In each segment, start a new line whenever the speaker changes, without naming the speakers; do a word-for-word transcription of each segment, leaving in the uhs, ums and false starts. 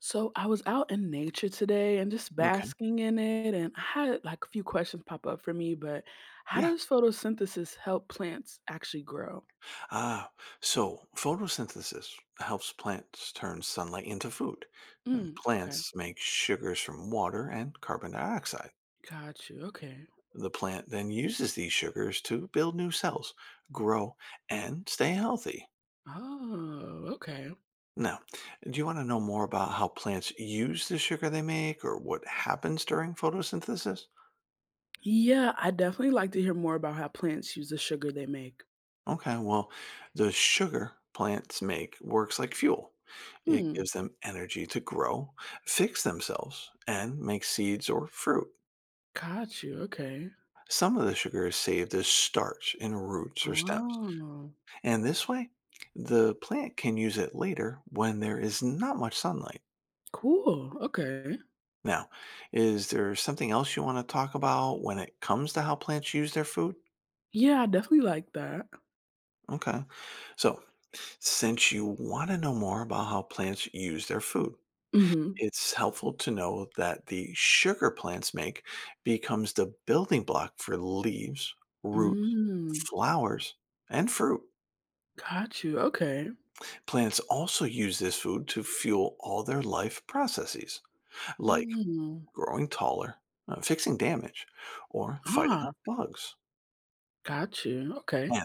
So I was out in nature today and just
Okay.
basking in it, and I had like a few questions pop up for me. But how
Yeah.
does photosynthesis help plants actually grow?
Ah, so photosynthesis helps plants turn sunlight into food. Um,
Mm, okay,
plants make sugars from water and carbon dioxide.
got you. Okay.
The plant then uses these sugars to build new cells, grow, and stay healthy.
Oh, okay.
Now, do you want to know more about how plants use the sugar they make or what happens during photosynthesis?
Yeah, I definitely like to hear more about how plants use the sugar they make.
Okay, well, the sugar plants make works like fuel. It
Hmm.
gives them energy to grow, fix themselves, and make seeds or fruit.
Got you. Okay.
Some of the sugar is saved as starch in roots or stems.
Oh,
And this way, the plant can use it later when there is not much sunlight.
cool. Okay.
Now, is there something else you want to talk about when it comes to how plants use their food?
Yeah, I definitely like that.
Okay. So, since you want to know more about how plants use their food,
Mm-hmm.
it's helpful to know that the sugar plants make becomes the building block for leaves, roots,
Mm.
flowers, and fruit.
Got you. Okay.
Plants also use this food to fuel all their life processes, like
Mm.
growing taller, uh, fixing damage, or fighting off
Ah.
bugs.
Got you, okay.
And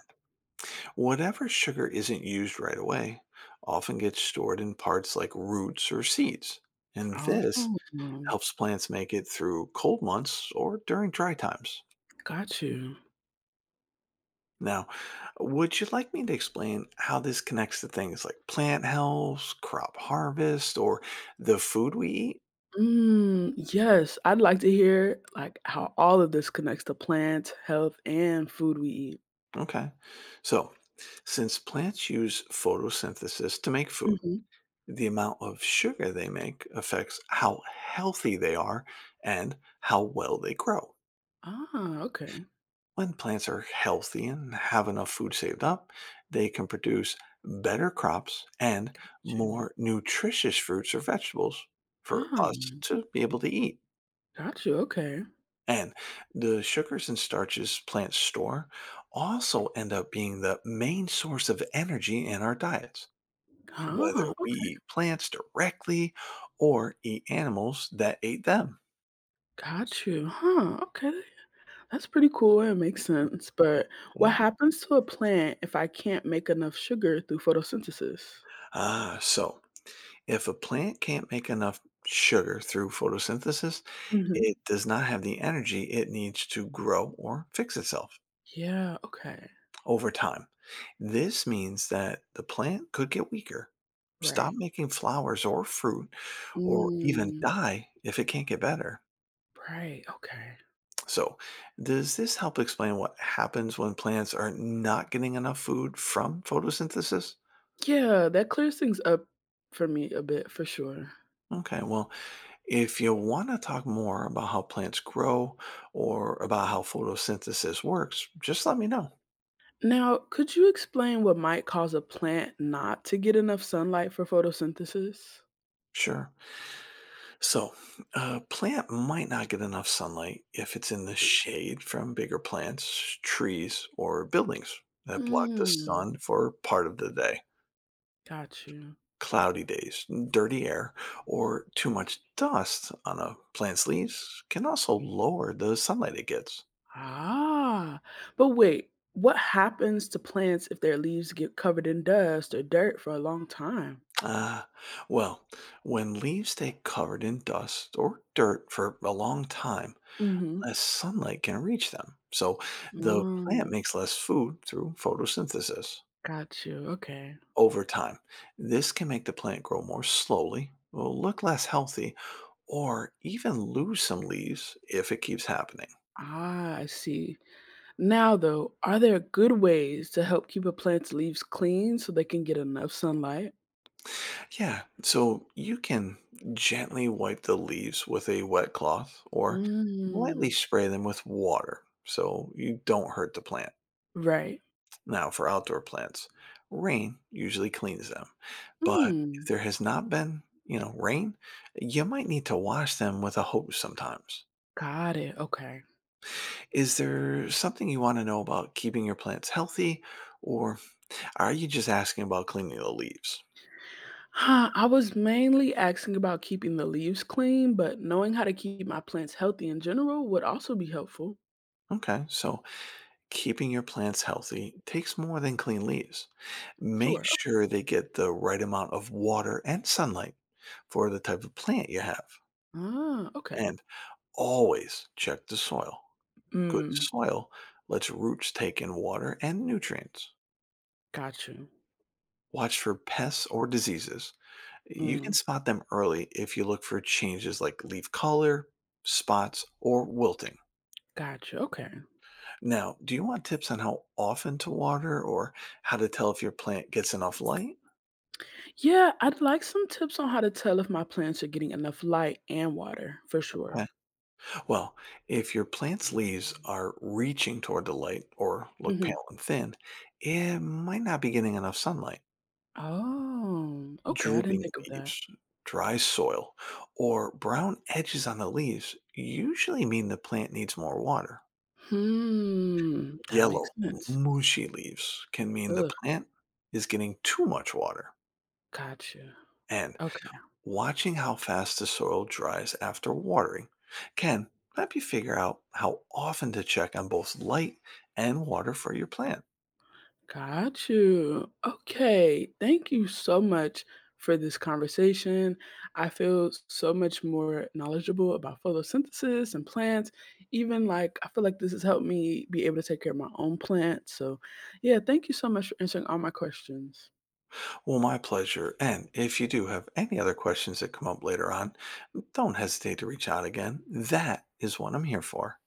whatever sugar isn't used right away often gets stored in parts like roots or seeds, and
Oh,
this helps plants make it through cold months or during dry times.
got you.
Now, would you like me to explain how this connects to things like plant health, crop harvest, or the food we eat?
Mm, yes, I'd like to hear, like, how all of this connects to plants, health, and food we eat.
Okay. So, since plants use photosynthesis to make food,
Mhm.
the amount of sugar they make affects how healthy they are and how well they grow.
Ah, okay.
When plants are healthy and have enough food saved up, they can produce better crops and
Gotcha.
more nutritious fruits or vegetables for
Ah,
us to be able to eat.
got you, okay.
And the sugars and starches plants store also end up being the main source of energy in our diets, whether
Ah,
we
okay.
eat plants directly or eat animals that ate them.
Got you, huh, okay. That's pretty cool, it makes sense, but what
Yeah.
happens to a plant if I can't make enough sugar through photosynthesis?
Ah, so if a plant can't make enough sugar through photosynthesis,
Mhm.
it does not have the energy it needs to grow or fix itself
Yeah, okay,
over time. This means that the plant could get weaker, stop
right.
making flowers or fruit, or even
Mm.
die if it can't get better.
Right, okay.
So, does this help explain what happens when plants are not getting enough food from photosynthesis?
Yeah, that clears things up for me a bit for sure.
Okay, well, if you want to talk more about how plants grow or about how photosynthesis works, just let me know.
Now, could you explain what might cause a plant not to get enough sunlight for photosynthesis?
Sure. So, a plant might not get enough sunlight if it's in the shade from bigger plants, trees, or buildings that block the
Mm,
sun for part of the day.
got you.
Cloudy days, dirty air, or too much dust on a plant's leaves can also lower the sunlight it gets.
Ah, but wait, what happens to plants if their leaves get covered in dust or dirt for a long time?
Ah, well, when leaves stay covered in dust or dirt for a long time,
Mm-hmm.
less sunlight can reach them. So the plant
Mm,
makes less food through photosynthesis.
got you. Okay.
Over time, this can make the plant grow more slowly, will look less healthy, or even lose some leaves if it keeps happening.
Ah, I see. Now, though, are there good ways to help keep a plant's leaves clean so they can get enough sunlight?
Yeah, so you can gently wipe the leaves with a wet cloth or lightly
Mm,
spray them with water so you don't hurt the plant.
right.
Now, for outdoor plants, rain usually cleans them, but if
Mm,
there has not been, you know, rain, you might need to wash them with a hose sometimes.
got it. Okay.
Is there something you want to know about keeping your plants healthy, or are you just asking about cleaning the leaves?
Huh, I was mainly asking about keeping the leaves clean, but knowing how to keep my plants healthy in general would also be helpful.
Okay, so keeping your plants healthy takes more than clean leaves. Make
Sure. Okay.
sure they get the right amount of water and sunlight for the type of plant you have,
Ah, okay.
and always check the soil. Good
Mm,
soil lets roots take in water and nutrients.
got you.
Watch for pests or diseases. You can
Mm,
spot them early if you look for changes like leaf color, spots, or wilting.
got you. Okay.
Now, do you want tips on how often to water or how to tell if your plant gets enough light?
Yeah, I'd like some tips on how to tell if my plants are getting enough light and water for
Okay.
sure.
Well, if your plant's leaves are reaching toward the light or look
Mhm.
pale and thin, it might not be getting enough sunlight.
Oh, okay, I didn't
Drooping
think of that.
leaves, dry soil, or brown edges on the leaves usually mean the plant needs more water.
Hmm, that makes
Yellow,
sense.
mushy leaves can mean the
Ugh,
plant is getting too much water.
gotcha.
And
Okay,
watching how fast the soil dries after watering can help you figure out how often to check on both light and water for your plant.
got you. Okay, thank you so much for this conversation. I feel so much more knowledgeable about photosynthesis and plants. Even like, I feel like this has helped me be able to take care of my own plants. So, yeah, thank you so much for answering all my questions.
Well, my pleasure. And if you do have any other questions that come up later on, don't hesitate to reach out again. That is what I'm here for.